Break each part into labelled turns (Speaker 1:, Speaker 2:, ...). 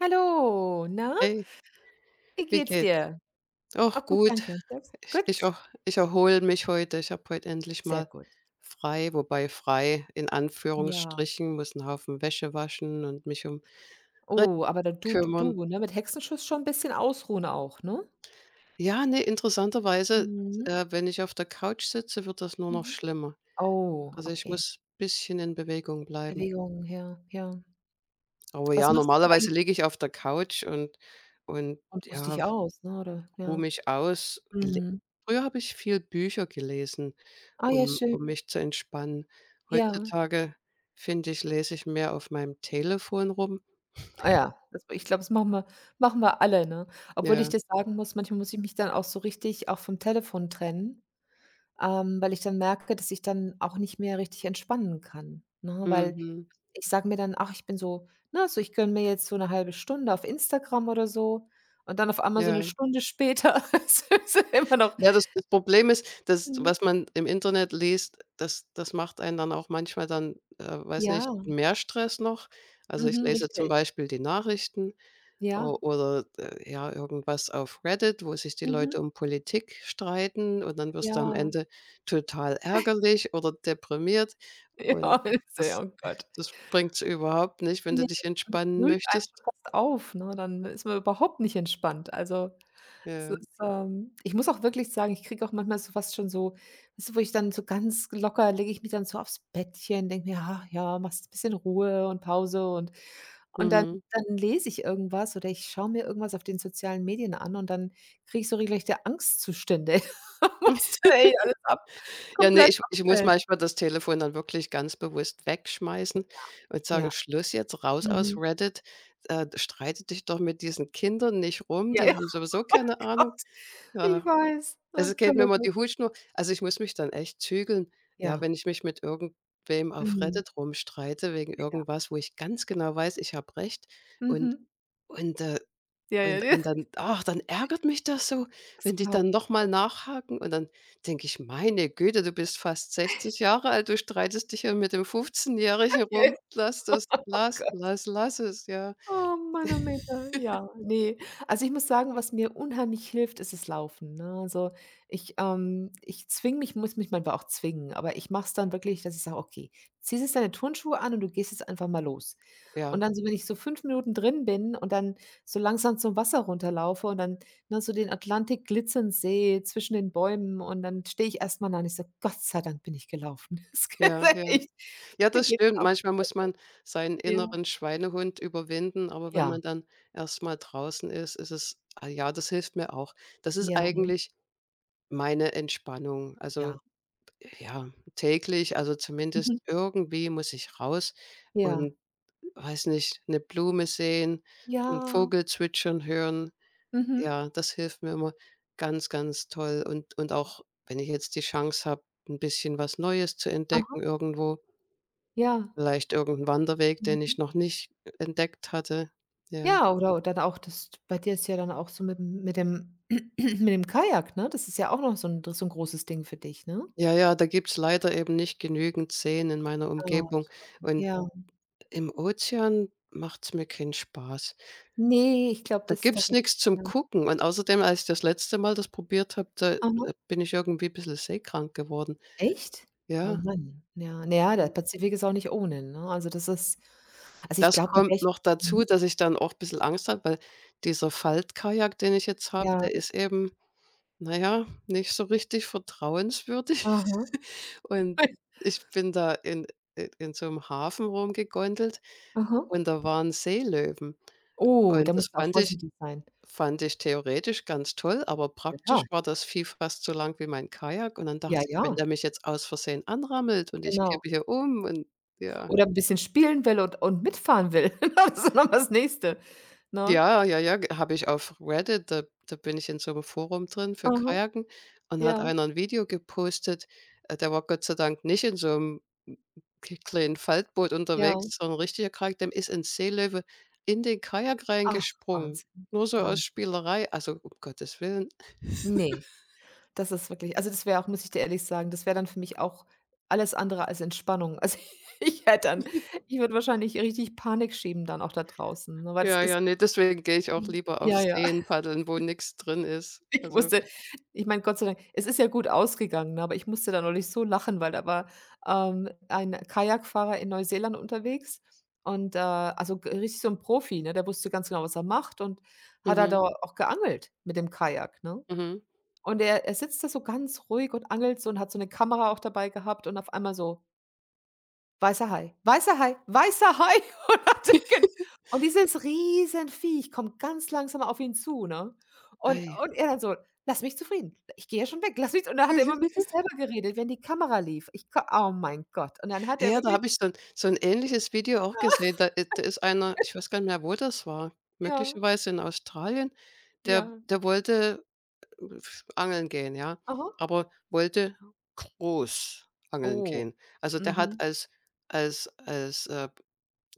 Speaker 1: Hallo, na,
Speaker 2: Hey,
Speaker 1: wie
Speaker 2: wie
Speaker 1: geht's
Speaker 2: geht's?
Speaker 1: dir?
Speaker 2: Auch
Speaker 1: Auch gut,
Speaker 2: gut.
Speaker 1: danke. Und selbst?
Speaker 2: Ich ich
Speaker 1: Gut?
Speaker 2: auch ich erhole mich heute. Ich habe heute endlich
Speaker 1: Sehr
Speaker 2: mal
Speaker 1: gut.
Speaker 2: frei, wobei frei in
Speaker 1: Ja.
Speaker 2: Anführungsstrichen, muss 'n Haufen Wäsche waschen und mich um
Speaker 1: Oh, aber da du
Speaker 2: kümmern.
Speaker 1: du, ne, mit Hexenschuss schon 'n bisschen ausruhen auch, ne?
Speaker 2: Ja, ne, interessanterweise,
Speaker 1: Mhm,
Speaker 2: wenn ich auf der Couch sitze, wird das nur noch
Speaker 1: mhm.
Speaker 2: schlimmer.
Speaker 1: Oh,
Speaker 2: Also, ich
Speaker 1: okay.
Speaker 2: muss ein bisschen in Bewegung bleiben.
Speaker 1: Bewegung, ja, ja.
Speaker 2: Aber
Speaker 1: Was
Speaker 2: ja,
Speaker 1: machst du
Speaker 2: normalerweise
Speaker 1: eigentlich
Speaker 2: liege ich auf der Couch und
Speaker 1: und ruhst
Speaker 2: ja,
Speaker 1: dich aus, ne, oder?
Speaker 2: ruhe
Speaker 1: Ja.
Speaker 2: mich aus. Le
Speaker 1: Mhm.
Speaker 2: früher habe ich viel Bücher gelesen,
Speaker 1: Ah ja,
Speaker 2: um
Speaker 1: schön.
Speaker 2: um mich zu entspannen.
Speaker 1: Ja.
Speaker 2: Heutzutage, finde ich, lese ich mehr auf meinem Telefon rum.
Speaker 1: Ah ja, das ich glaube, das machen wir alle, ne? Obwohl ich
Speaker 2: Ja,
Speaker 1: dir sagen muss, manchmal muss ich mich dann auch so richtig auch vom Telefon trennen. Weil ich dann merke, dass ich dann auch nicht mehr richtig entspannen kann, ne? Weil
Speaker 2: mhm,
Speaker 1: ich sage mir dann: „Ach, ich bin so", ne, so ich gönne mir jetzt so eine halbe Stunde auf Instagram oder so, und dann auf einmal so eine
Speaker 2: ja.
Speaker 1: Stunde später ist es immer noch
Speaker 2: Ja, das Problem ist, dass
Speaker 1: mhm,
Speaker 2: was man im Internet liest, das macht einen dann auch manchmal dann, weiß nicht,
Speaker 1: ja,
Speaker 2: mehr Stress noch. Also, ich
Speaker 1: mhm,
Speaker 2: lese zum
Speaker 1: richtig.
Speaker 2: Beispiel die Nachrichten. O
Speaker 1: Ja,
Speaker 2: oder, ja, irgendwas auf Reddit, wo sich die
Speaker 1: mhm,
Speaker 2: Leute um Politik streiten, und dann wirst du am
Speaker 1: ja,
Speaker 2: Ende total ärgerlich oder deprimiert, und
Speaker 1: ja, sehr,
Speaker 2: das
Speaker 1: oh Gott.
Speaker 2: das bringt's überhaupt nicht, wenn du
Speaker 1: Ne,
Speaker 2: dich
Speaker 1: und es
Speaker 2: entspannen
Speaker 1: wühlt einen
Speaker 2: möchtest.
Speaker 1: schon fast auf, ne? Dann ist man überhaupt nicht entspannt. Also, es
Speaker 2: Ja.
Speaker 1: ist, ich muss auch wirklich sagen, ich kriege auch manchmal so fast schon so, weißt du, wo ich dann so ganz locker lege ich mich dann so aufs Bettchen, denke mir: „Ach ja, machst ein bisschen Ruhe und Pause", und und dann
Speaker 2: Mhm.
Speaker 1: dann lese ich irgendwas oder ich schaue mir irgendwas auf den sozialen Medien an und dann kriege ich so regelrechte Angstzustände. Muss dann echt alles ab
Speaker 2: Ja, nee,
Speaker 1: komplett
Speaker 2: ich muss
Speaker 1: abfällt.
Speaker 2: manchmal das Telefon dann wirklich ganz bewusst wegschmeißen und sagen:
Speaker 1: Ja.
Speaker 2: „Schluss jetzt, raus aus
Speaker 1: Mhm.
Speaker 2: Reddit. Streite dich doch mit diesen Kindern nicht rum,
Speaker 1: Ja,
Speaker 2: die
Speaker 1: ja.
Speaker 2: haben sowieso
Speaker 1: Oh
Speaker 2: keine Ahnung.“
Speaker 1: Gott. Ich
Speaker 2: Ja.
Speaker 1: weiß. Oh
Speaker 2: Also, es
Speaker 1: Gott,
Speaker 2: geht mir
Speaker 1: oh
Speaker 2: immer
Speaker 1: Gott.
Speaker 2: die Hutschnur, also, ich muss mich dann echt zügeln. Ja,
Speaker 1: Ja.
Speaker 2: wenn ich mich mit irgendwem auf
Speaker 1: Mhm.
Speaker 2: Reddit rumstreite wegen
Speaker 1: Ja.
Speaker 2: irgendwas, wo ich ganz genau weiß, ich habe recht, und
Speaker 1: Mhm.
Speaker 2: und, äh,
Speaker 1: Ja, ja,
Speaker 2: und dann, ach, dann ärgert mich das so,
Speaker 1: das
Speaker 2: wenn die
Speaker 1: glaube
Speaker 2: dann
Speaker 1: ich.
Speaker 2: noch mal nachhaken, und dann denke ich: „Meine Güte, du bist fast 60 Jahre alt, du streitest dich hier mit dem 15-jährigen
Speaker 1: Ja, ja.
Speaker 2: rum. Lass das,
Speaker 1: Oh
Speaker 2: lass
Speaker 1: Gott.
Speaker 2: lass lass es“, ja.
Speaker 1: Oh, Manometer, ja, ne. Also, ich muss sagen, was mir unheimlich hilft, ist das Laufen, ne? Also, ich, ich zwinge mich muss mich manchmal auch zwingen, aber ich mache es dann wirklich, dass ich sage: „Okay, ziehst jetzt deine Turnschuhe an und du gehst jetzt einfach mal los." Und
Speaker 2: Ja,
Speaker 1: dann so, wenn ich so 5 Minuten drin bin und dann so langsam zum Wasser runterlaufe und dann, ne, so den Atlantik glitzern sehe zwischen den Bäumen und dann stehe ich erst mal da und ich sage: „Gott sei Dank bin ich gelaufen." Das
Speaker 2: ja,
Speaker 1: ist
Speaker 2: ja.
Speaker 1: echt,
Speaker 2: Ja,
Speaker 1: dann
Speaker 2: das
Speaker 1: geht's
Speaker 2: stimmt.
Speaker 1: auch.
Speaker 2: Manchmal muss man seinen
Speaker 1: Ja.
Speaker 2: inneren Schweinehund überwinden, aber wenn
Speaker 1: Ja,
Speaker 2: man dann erst mal draußen ist, ist es, ah ja, das hilft mir auch. Das ist
Speaker 1: ja,
Speaker 2: eigentlich meine Entspannung.
Speaker 1: ja.
Speaker 2: Also, ja, täglich, also zumindest
Speaker 1: Mhm.
Speaker 2: irgendwie muss ich raus
Speaker 1: Ja.
Speaker 2: und weiß nicht, eine Blume sehen, einen
Speaker 1: Ja,
Speaker 2: Vogel zwitschern hören.
Speaker 1: mhm.
Speaker 2: Ja, das hilft mir immer ganz, ganz toll und auch, wenn ich jetzt die Chance habe, ein bisschen was Neues zu
Speaker 1: Aha.
Speaker 2: entdecken irgendwo.
Speaker 1: Ja.
Speaker 2: Vielleicht irgend Wanderweg, den ich
Speaker 1: Mhm.
Speaker 2: noch nicht entdeckt hatte. Ja.
Speaker 1: Ja, oder dann auch das bei dir ist ja dann auch so mit'm mit dem mit dem Kajak, ne? Das ist ja auch noch so 'n großes Ding für dich, ne?
Speaker 2: Ja, ja, da gibt's leider eben nicht genügend Seen in meiner
Speaker 1: Oh,
Speaker 2: Umgebung, und
Speaker 1: ja.
Speaker 2: im Ozean macht's mir keinen Spaß.
Speaker 1: Ne, ich glaube,
Speaker 2: Da
Speaker 1: das da
Speaker 2: gibt's
Speaker 1: bin
Speaker 2: nichts zum
Speaker 1: ja.
Speaker 2: Gucken, und außerdem, als ich das letzte Mal das probiert habe, da,
Speaker 1: Aha.
Speaker 2: bin ich irgendwie bissel seekrank geworden.
Speaker 1: Echt? Oh
Speaker 2: Ja,
Speaker 1: Mann. Ja. Na ja, der
Speaker 2: hm.
Speaker 1: Pazifik ist auch nicht ohne, ne? Also, das ist also, ich
Speaker 2: Das
Speaker 1: glaube, da wäre
Speaker 2: kommt
Speaker 1: ich
Speaker 2: noch dazu,
Speaker 1: mhm.
Speaker 2: dass ich dann auch bissel Angst habe, weil dieser Faltkajak, den ich jetzt habe,
Speaker 1: Ja.
Speaker 2: der ist eben, naja, nicht so richtig vertrauenswürdig.
Speaker 1: Aha.
Speaker 2: Und ich bin da in i in so einem Hafen rumgegondelt,
Speaker 1: Aha.
Speaker 2: und da waren Seelöwen.
Speaker 1: Oh,
Speaker 2: Und
Speaker 1: da
Speaker 2: das
Speaker 1: musst du auch
Speaker 2: fand ich,
Speaker 1: vorsichtig sein.
Speaker 2: fand ich theoretisch ganz toll, aber praktisch
Speaker 1: Ja,
Speaker 2: war das Vieh fast so lang wie mein Kajak. Und dann dachte
Speaker 1: ja,
Speaker 2: ich:
Speaker 1: ja,
Speaker 2: „Wenn der mich jetzt aus Versehen anrammelt und ich
Speaker 1: genau.
Speaker 2: kippe hier um“, und ja.
Speaker 1: Oder 'n bisschen spielen will und mitfahren will. Das ist noch das Nächste, ne?
Speaker 2: Ja, ja, ja, habe ich auf Reddit, da bin ich in so einem Forum drin für
Speaker 1: Mhm.
Speaker 2: Kajaken, und hat
Speaker 1: Ja,
Speaker 2: einer ein Video gepostet. Der war Gott sei Dank nicht in so einem k kleinen Faltboot
Speaker 1: ja.
Speaker 2: unterwegs, sondern ein richtiger Kajak. Dem ist 'n Seelöwe in den Kajak
Speaker 1: Ach,
Speaker 2: reingesprungen,
Speaker 1: Wahnsinn,
Speaker 2: nur so aus
Speaker 1: Wahnsinn.
Speaker 2: Spielerei. Also, um Gottes Willen.
Speaker 1: Ne, das ist wirklich, also, das wäre auch, muss ich dir ehrlich sagen, das wäre dann für mich auch alles andere als Entspannung. Also, ich hätte dann ich würde wahrscheinlich richtig Panik schieben dann auch da draußen, ne, weil das
Speaker 2: Ja,
Speaker 1: ist
Speaker 2: ja, nee. Deswegen gehe ich auch
Speaker 1: mhm,
Speaker 2: lieber auf
Speaker 1: ja, ja.
Speaker 2: Seen paddeln, wo nichts drin ist.
Speaker 1: Ich
Speaker 2: Also
Speaker 1: musste ich meine, Gott sei Dank es ist ja gut ausgegangen, ne, aber ich musste da neulich so lachen, weil da war, ein Kajakfahrer in Neuseeland unterwegs, und, also g richtig so 'n Profi, ne? Der wusste ganz genau, was er macht, und hat da
Speaker 2: mhm,
Speaker 1: auch geangelt mit dem Kajak, ne?
Speaker 2: mhm.
Speaker 1: Und er sitzt da so ganz ruhig und angelt so und hat so 'ne Kamera auch dabei gehabt, und auf einmal so: Weißer Hai, weißer Hai, weißer Hai. Und dann denke und dieses Riesenviech kommt ganz langsam auf ihn zu, ne? Und
Speaker 2: Ei.
Speaker 1: und er dann so: „Lass mich zufrieden. Ich gehe ja schon weg. Lass mich", und dann hat er immer mit sich selber geredet, wenn die Kamera lief. Ich ko oh mein Gott. Und dann hat
Speaker 2: Hey,
Speaker 1: er
Speaker 2: ja, da
Speaker 1: wirklich
Speaker 2: habe ich so 'n ähnliches Video auch gesehen. Da i da ist einer, ich weiß gar nicht mehr, wo das war,
Speaker 1: ja,
Speaker 2: möglicherweise in Australien, der
Speaker 1: ja,
Speaker 2: der wollte f angeln gehen, ja,
Speaker 1: aha.
Speaker 2: aber wollte groß angeln
Speaker 1: Oh.
Speaker 2: gehen. Also, der hat
Speaker 1: Mhm.
Speaker 2: als als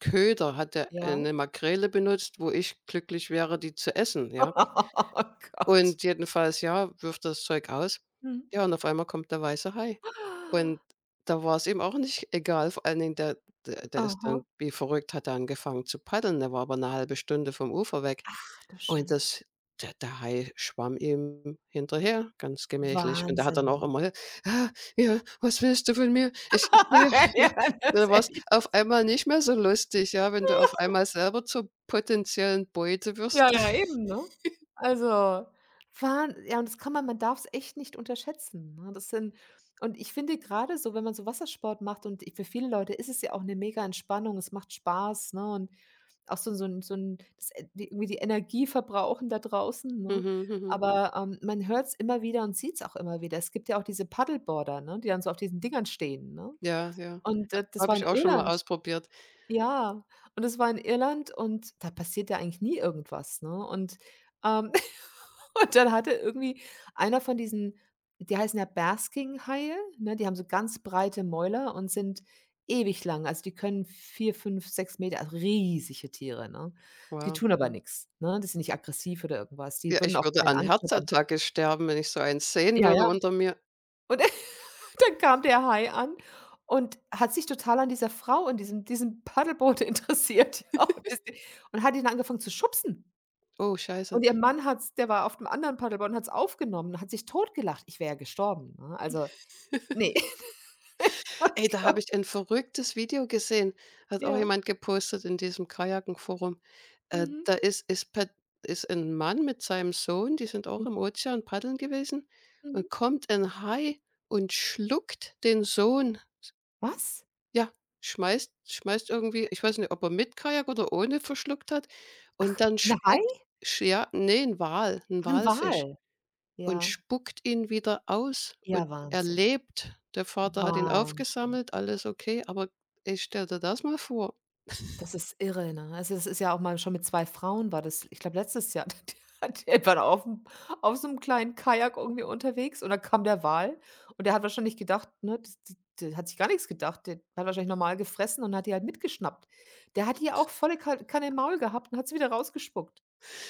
Speaker 2: Köder hat der
Speaker 1: Ja.
Speaker 2: eine Makrele benutzt, wo ich glücklich wäre, die zu essen, ja.
Speaker 1: Oh Gott.
Speaker 2: Und jedenfalls, ja, wirft das Zeug aus.
Speaker 1: Mhm.
Speaker 2: Ja, und auf einmal kommt der weiße Hai. Und da war es ihm auch nicht egal. Vor allen Dingen, der ist dann
Speaker 1: Aha.
Speaker 2: wie verrückt, hat er angefangen zu paddeln. Der war aber eine halbe Stunde vom Ufer weg.
Speaker 1: Ach du
Speaker 2: Und
Speaker 1: Schande.
Speaker 2: das, der Hai schwamm ihm hinterher, ganz gemächlich. Und der hat dann auch
Speaker 1: Wahnsinn.
Speaker 2: immer: „Ah, ja, was willst du von mir? Ich gehe.“
Speaker 1: Ja, das
Speaker 2: Dann
Speaker 1: ist
Speaker 2: war's
Speaker 1: echt.
Speaker 2: auf einmal nicht mehr so lustig, ja, wenn du auf einmal selber zur potenziellen Beute
Speaker 1: Ja,
Speaker 2: wirst.
Speaker 1: ja, eben, ne? Also, Wahn ja, und das kann man darf's echt nicht unterschätzen, ne? Das sind und ich finde grade so, wenn man so Wassersport macht und i für viele Leute ist es ja auch 'ne mega Entspannung, es macht Spaß, ne? Und auch so 'n das e die irgendwie die Energie verbrauchen da draußen, ne?
Speaker 2: Mhm, mhm.
Speaker 1: Aber, man hört's immer wieder und sieht's auch immer wieder. Es gibt ja auch diese Paddleboarder, ne, die dann so auf diesen Dingern stehen, ne?
Speaker 2: Ja, ja.
Speaker 1: Und, das
Speaker 2: Habe
Speaker 1: war
Speaker 2: ich
Speaker 1: in
Speaker 2: auch schon mal
Speaker 1: Irland,
Speaker 2: ausprobiert.
Speaker 1: ja, und es war in Irland und da passiert ja eigentlich nie irgendwas, ne? Und, ähm, und dann hatte irgendwie einer von diesen die heißen ja Basking-Haie, ne? Die haben so ganz breite Mäuler und sind ewig lang. Also, die können 4, 5, 6 Meter, also, riesige Tiere, ne? Die
Speaker 2: Wow.
Speaker 1: tun aber nichts, ne? Die sind nicht aggressiv oder irgendwas. Die
Speaker 2: Ja,
Speaker 1: würden
Speaker 2: ich
Speaker 1: auch
Speaker 2: würde
Speaker 1: keinen
Speaker 2: an
Speaker 1: anknabbern.
Speaker 2: Herzattacke sterben, wenn ich so eins sehen
Speaker 1: Ja,
Speaker 2: würde
Speaker 1: ja.
Speaker 2: unter mir.
Speaker 1: Und dann kam der Hai an und hat sich total an dieser Frau in diesem Paddelboot interessiert, ja, und ist und hat ihn angefangen zu schubsen.
Speaker 2: Oh, scheiße.
Speaker 1: Und ihr Mann hat's, der war auf dem anderen Paddelboot und hat es aufgenommen, hat sich totgelacht. Ich wäre ja gestorben, ne? Also, nee. Oh
Speaker 2: Ey, da
Speaker 1: Gott,
Speaker 2: habe ich ein verrücktes Video gesehen. Hat auch
Speaker 1: ja.
Speaker 2: jemand gepostet in diesem Kajakenforum.
Speaker 1: Mhm.
Speaker 2: Da ist ist pad ist ein Mann mit seinem Sohn, die sind auch im Ozean paddeln gewesen,
Speaker 1: Mhm.
Speaker 2: und kommt ein Hai und schluckt den Sohn.
Speaker 1: Was?
Speaker 2: Ja, schmeißt irgendwie, ich weiß nicht, ob er mit Kajak oder ohne verschluckt hat, und dann
Speaker 1: Ein Hai?
Speaker 2: spuckt sch ja, ne, 'n Wal, ein
Speaker 1: Ein
Speaker 2: Walfisch,
Speaker 1: Wal.
Speaker 2: und
Speaker 1: Ja.
Speaker 2: spuckt ihn wieder aus,
Speaker 1: Ja,
Speaker 2: und er
Speaker 1: Wahnsinn.
Speaker 2: lebt. Der Vater hat ihn
Speaker 1: Wahnsinn.
Speaker 2: aufgesammelt, alles okay, aber ich stell dir das mal vor.
Speaker 1: Das ist irre, ne? Also, das ist ja auch mal schon mit 2 Frauen war das, ich glaube, letztes Jahr, die die waren auf so einem kleinen Kajak irgendwie unterwegs, und dann kam der Wal, und der hat wahrscheinlich gedacht, ne, d d der hat sich gar nichts gedacht. Der hat wahrscheinlich normal gefressen und hat die halt mitgeschnappt. Der hat die auch volle Ka Kanne im Maul gehabt und hat sie wieder rausgespuckt.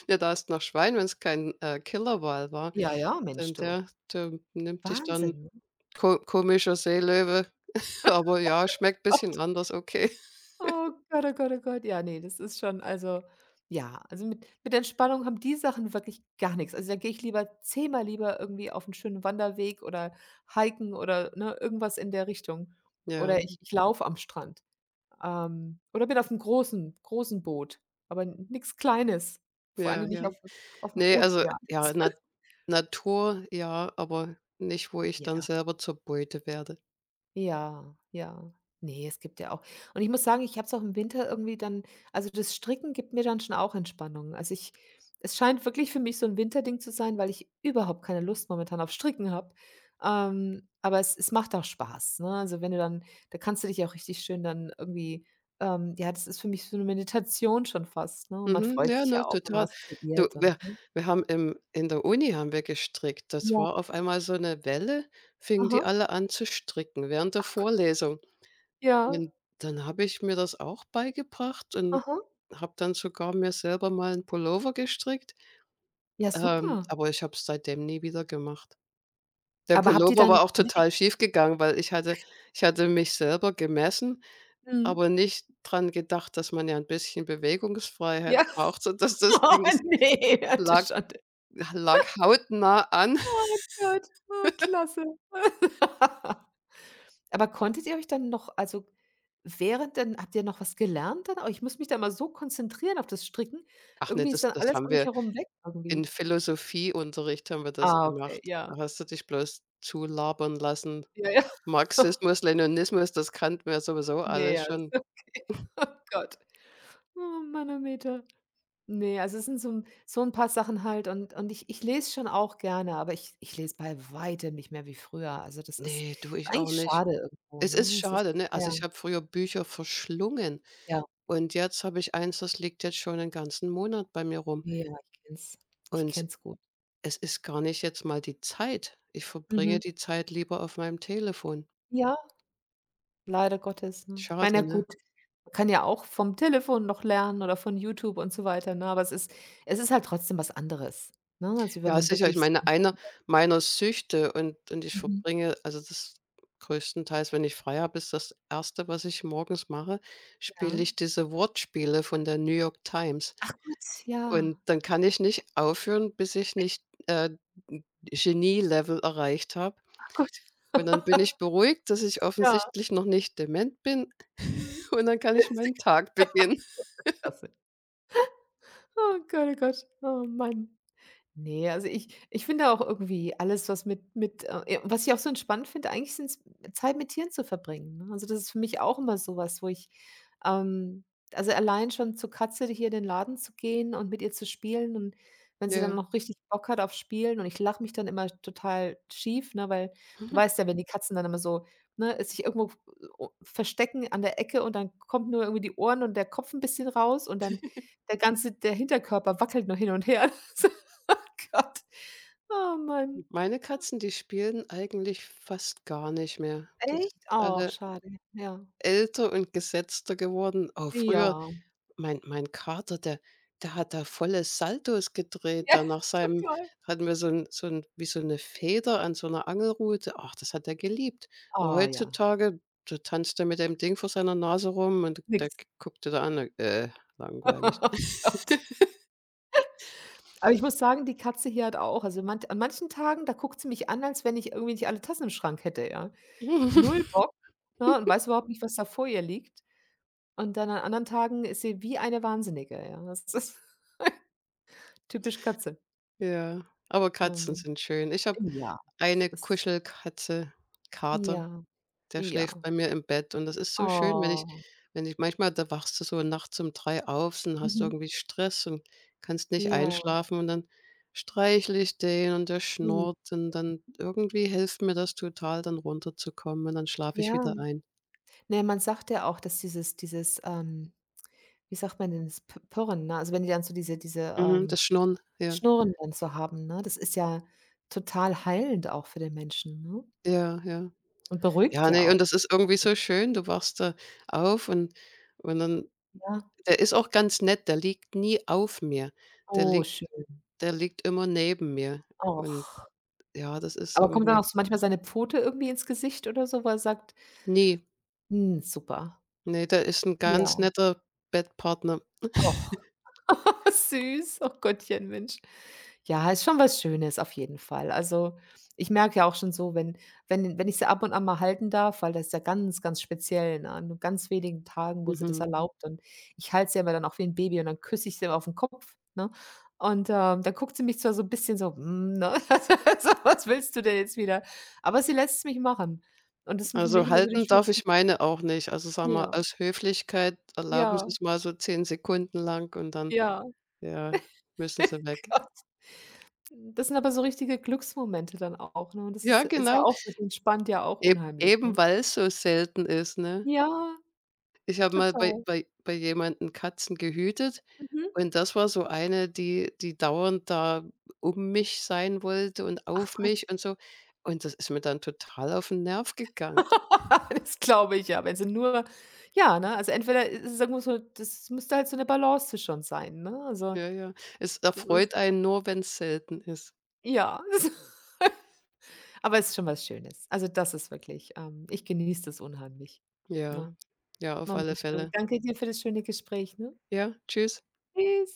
Speaker 2: Ja, da ist noch Schwein, wenn es kein, Killerwal war,
Speaker 1: Ja, ja, Mensch,
Speaker 2: denn
Speaker 1: du.
Speaker 2: der nimmt dich dann,
Speaker 1: Wahnsinn, ne?
Speaker 2: ko komischer Seelöwe, aber ja, schmeckt ein bisschen anders, okay.
Speaker 1: Oh Gott, oh Gott, oh Gott. Ja, nee, das ist schon also, ja, also mit Entspannung haben die Sachen wirklich gar nichts. Also, da gehe ich lieber zehnmal lieber irgendwie auf einen schönen Wanderweg oder hiken oder, ne, irgendwas in der Richtung. Oder
Speaker 2: Ja,
Speaker 1: ich laufe am Strand, oder bin auf einem großen Boot, aber nichts Kleines, vor
Speaker 2: ja,
Speaker 1: allem nicht
Speaker 2: ja.
Speaker 1: auf dem
Speaker 2: Ne, also
Speaker 1: Ozean.
Speaker 2: ja, Natur ja, aber nicht, wo ich
Speaker 1: Ja.
Speaker 2: dann selber zur Beute werde.
Speaker 1: Ja, ja. Nee, es gibt ja auch und ich muss sagen, ich habe es auch im Winter irgendwie dann also, das Stricken gibt mir dann schon auch Entspannung. Also, ich es scheint wirklich für mich so ein Winterding zu sein, weil ich überhaupt keine Lust momentan auf Stricken habe. Aber es macht auch Spaß, ne? Also, wenn du dann da kannst du dich ja auch richtig schön dann irgendwie ja, das ist für mich so eine Meditation schon fast, ne? Und man
Speaker 2: Mhm,
Speaker 1: freut
Speaker 2: ja,
Speaker 1: sich ja
Speaker 2: ne,
Speaker 1: auch, wenn man
Speaker 2: total.
Speaker 1: was
Speaker 2: Du,
Speaker 1: kreiert und,
Speaker 2: wir
Speaker 1: ne?
Speaker 2: wir haben im in der Uni haben wir gestrickt. Das
Speaker 1: Ja,
Speaker 2: war auf einmal so eine Welle, fingen die
Speaker 1: aha.
Speaker 2: alle an zu stricken während der
Speaker 1: Ach Gott,
Speaker 2: Vorlesung.
Speaker 1: ja,
Speaker 2: Und dann habe ich mir das auch beigebracht und
Speaker 1: aha.
Speaker 2: habe dann sogar mir selber mal einen Pullover gestrickt,
Speaker 1: Ja, super.
Speaker 2: aber ich habe es seitdem nie wieder gemacht. Der
Speaker 1: Aber habt ihr
Speaker 2: Pullover
Speaker 1: dann
Speaker 2: war auch
Speaker 1: konntet ihr
Speaker 2: total schief gegangen, weil ich hatte mich selber gemessen,
Speaker 1: mhm,
Speaker 2: aber nicht dran gedacht, dass man ja ein bisschen Bewegungsfreiheit
Speaker 1: ja.
Speaker 2: braucht, so dass das
Speaker 1: Oh
Speaker 2: Ding, das
Speaker 1: ne, ja, das ist
Speaker 2: lag
Speaker 1: Schande.
Speaker 2: lag hautnah an.
Speaker 1: Gott, oh klasse. Aber konntet ihr euch dann noch, also, während dann habt ihr noch was gelernt dann? Oh, ich muss mich da immer so konzentrieren auf das Stricken.
Speaker 2: Ach ne,
Speaker 1: Irgendwie ist
Speaker 2: das
Speaker 1: dann
Speaker 2: das
Speaker 1: alles
Speaker 2: haben
Speaker 1: um mich
Speaker 2: wir
Speaker 1: herum weg
Speaker 2: in
Speaker 1: irgendwie.
Speaker 2: Philosophieunterricht haben wir das
Speaker 1: Ah, okay,
Speaker 2: gemacht.
Speaker 1: ja.
Speaker 2: Da hast du dich bloß zulabern lassen.
Speaker 1: Ja, ja.
Speaker 2: Marxismus, Leninismus, das kannten wir sowieso
Speaker 1: Ne,
Speaker 2: alles
Speaker 1: ja.
Speaker 2: schon.
Speaker 1: Oh Gott. Oh Manometer. Ne, also es sind so 'n paar Sachen halt, und ich lese schon auch gerne, aber ich lese bei weitem nicht mehr wie früher. Also, das ist
Speaker 2: Ne, du,
Speaker 1: ist
Speaker 2: ich auch
Speaker 1: eigentlich
Speaker 2: nicht.
Speaker 1: schade irgendwo,
Speaker 2: Es ist
Speaker 1: ne? Es ist
Speaker 2: schade, ne? Also,
Speaker 1: ja,
Speaker 2: ich habe früher Bücher verschlungen,
Speaker 1: ja.
Speaker 2: und jetzt habe ich eins, das liegt jetzt schon 'n ganzen Monat bei mir rum.
Speaker 1: Ja, ich
Speaker 2: Und
Speaker 1: kenn's gut.
Speaker 2: es ist gar nicht jetzt mal die Zeit. Ich verbringe
Speaker 1: Mhm.
Speaker 2: die Zeit lieber auf meinem Telefon.
Speaker 1: Ja, leider Gottes, ne? Ich meine,
Speaker 2: Schade,
Speaker 1: ja
Speaker 2: ne?
Speaker 1: gut, man kann ja auch vom Telefon noch lernen oder von YouTube und so weiter, ne? Aber es ist halt trotzdem was anderes, ne, also wenn
Speaker 2: Ja,
Speaker 1: man
Speaker 2: sicher. Ich
Speaker 1: wirklich so
Speaker 2: meine, eine meiner Süchte, und ich
Speaker 1: mhm,
Speaker 2: verbringe, also, das größtenteils, wenn ich frei habe, ist das erste, was ich morgens mache, spiele
Speaker 1: ja.
Speaker 2: ich diese Wortspiele von der New York Times.
Speaker 1: Ach Gott, ja.
Speaker 2: Und dann kann ich nicht aufhören, bis ich nicht, Genie-Level erreicht habe.
Speaker 1: Ach Gott,
Speaker 2: Und dann bin ich beruhigt, dass ich
Speaker 1: ja.
Speaker 2: offensichtlich noch nicht dement bin,
Speaker 1: Mhm.
Speaker 2: und dann kann ich meinen Tag beginnen.
Speaker 1: Klasse. Oh Gott, oh Gott, oh Mann. Nee, also ich finde auch irgendwie alles, was mit ja, was ich auch so entspannt finde, eigentlich sind es Zeit mit Tieren zu verbringen, ne? Also, das ist für mich auch immer sowas, wo ich, ähm also allein schon zur Katze hier in den Laden zu gehen und mit ihr zu spielen und wenn sie dann
Speaker 2: Ja.
Speaker 1: noch richtig Bock hat auf Spielen und ich lache mich dann immer total schief, ne, weil du weißt ja, wenn die Katzen dann immer so, ne, sich irgendwo v verstecken an der Ecke und dann kommt nur irgendwie die Ohren und der Kopf ein bisschen raus und dann der Hinterkörper wackelt noch hin und her. Oh Gott. Oh Mann.
Speaker 2: Meine Katzen, die spielen eigentlich fast gar nicht mehr. Die
Speaker 1: Echt?
Speaker 2: sind
Speaker 1: Oh,
Speaker 2: alle
Speaker 1: schade. Ja.
Speaker 2: älter und gesetzter geworden. Oh, früher
Speaker 1: Ja.
Speaker 2: mein Kater, der hat da volle Saltos gedreht
Speaker 1: Ja,
Speaker 2: da nach seinem,
Speaker 1: total.
Speaker 2: hatten wir so ein so ein, wie so eine Feder an so einer Angelrute. Ach, das hat er geliebt. Aber
Speaker 1: Ah ja,
Speaker 2: heutzutage, da tanzt er mit dem Ding vor seiner Nase rum, und der
Speaker 1: nix.
Speaker 2: g guckt er da an, langweilig.
Speaker 1: Oh Gott. Aber ich muss sagen, die Katze hier hat auch also, manch an manchen Tagen, da guckt sie mich an, als wenn ich irgendwie nicht alle Tassen im Schrank hätte, ja. Null Bock, ne, und weiß überhaupt nicht, was da vor ihr liegt. Und dann an anderen Tagen ist sie wie eine Wahnsinnige, ja. Das ist typisch Katze.
Speaker 2: Ja, aber
Speaker 1: Oh
Speaker 2: Katzen
Speaker 1: man.
Speaker 2: sind schön. Ich habe
Speaker 1: Ja, es
Speaker 2: eine
Speaker 1: ist
Speaker 2: Kuschelkatze, Kater.
Speaker 1: ja,
Speaker 2: Der schläft
Speaker 1: ja.
Speaker 2: bei mir im Bett, und das ist so schön, wenn ich,
Speaker 1: Oh.
Speaker 2: wenn ich manchmal da, wachst du so nachts um 3 auf und hast
Speaker 1: Mhm.
Speaker 2: irgendwie Stress und kannst nicht
Speaker 1: Ja,
Speaker 2: einschlafen, und dann streichle ich den, und der
Speaker 1: ja.
Speaker 2: schnurrt, und dann irgendwie hilft mir das total, dann runterzukommen, und dann schlafe ich wieder
Speaker 1: Ja,
Speaker 2: ein.
Speaker 1: ne, man sagt ja auch, dass dieses, wie sagt man denn, das P Purren, ne? Also, wenn die dann so diese,
Speaker 2: Mhm, das Schnurren, ja.
Speaker 1: Schnurren dann so haben, ne? Das ist ja total heilend auch für den Menschen, ne?
Speaker 2: Ja, ja.
Speaker 1: Und beruhigt
Speaker 2: Ja,
Speaker 1: ja
Speaker 2: ne,
Speaker 1: auch,
Speaker 2: und das ist irgendwie so schön. Du wachst da auf und dann,
Speaker 1: ja.
Speaker 2: der ist auch ganz nett, der liegt nie auf mir. Der
Speaker 1: Oh,
Speaker 2: liegt
Speaker 1: schön.
Speaker 2: der liegt immer neben mir,
Speaker 1: Och.
Speaker 2: und ja, das ist
Speaker 1: Aber kommt dann
Speaker 2: irgendwie,
Speaker 1: auch so manchmal seine Pfote irgendwie ins Gesicht oder so, wo er sagt:
Speaker 2: ne,
Speaker 1: „Hm, super."
Speaker 2: ne, der ist 'n ganz
Speaker 1: Ja,
Speaker 2: netter Bettpartner.
Speaker 1: och. Süß. Oh Gottchen, Mensch. Ja, ist schon was Schönes auf jeden Fall. Also, ich merke ja auch schon so, wenn wenn ich sie ab und an mal halten darf, weil das ist ja ganz, ganz speziell, ne, an nur ganz wenigen Tagen, wo sie das
Speaker 2: Mhm.
Speaker 1: erlaubt und ich halte sie aber dann auch wie ein Baby und dann küsse ich sie auf den Kopf, ne? Und, dann guckt sie mich zwar so ein bisschen so: „Hm, ne, so was willst du denn jetzt wieder?" Aber sie lässt es mich machen. Und das sind für mich
Speaker 2: Also,
Speaker 1: immer so die
Speaker 2: halten darf
Speaker 1: schönsten
Speaker 2: ich meine auch nicht. Also, sagen wir,
Speaker 1: ja,
Speaker 2: aus Höflichkeit erlauben
Speaker 1: ja,
Speaker 2: sie's mal so 10 Sekunden lang, und dann,
Speaker 1: ja.
Speaker 2: ja, müssen sie weg.
Speaker 1: Das sind aber so richtige Glücksmomente dann auch, ne? Und das
Speaker 2: Ja,
Speaker 1: ist ja
Speaker 2: genau,
Speaker 1: auch so, das entspannt ja auch
Speaker 2: eb
Speaker 1: unheimlich,
Speaker 2: eben
Speaker 1: ne?
Speaker 2: weil's so selten ist, ne?
Speaker 1: Ja,
Speaker 2: Ich habe mal bei
Speaker 1: total.
Speaker 2: bei jemandem Katzen gehütet,
Speaker 1: Mhm.
Speaker 2: und das war so eine, die dauernd da um mich sein wollte und
Speaker 1: Ach
Speaker 2: auf
Speaker 1: Gott,
Speaker 2: mich und so. Und das ist mir dann total auf 'n Nerv gegangen.
Speaker 1: das glaube ich, ja, wenn sie nur ja, ne, also entweder ist es irgendwo so das müsste halt so 'ne Balance schon sein, ne? Also,
Speaker 2: Ja, ja. Es
Speaker 1: das ist
Speaker 2: erfreut einen nur, wenn's selten ist.
Speaker 1: ja. Aber es ist schon was Schönes. Also, das ist wirklich ich genieße das unheimlich,
Speaker 2: Ja,
Speaker 1: ne?
Speaker 2: ja, auf
Speaker 1: Oh
Speaker 2: alle
Speaker 1: Mensch, du,
Speaker 2: Fälle.
Speaker 1: danke dir für das schöne Gespräch, ne?
Speaker 2: Ja, tschüss.
Speaker 1: Tschüss.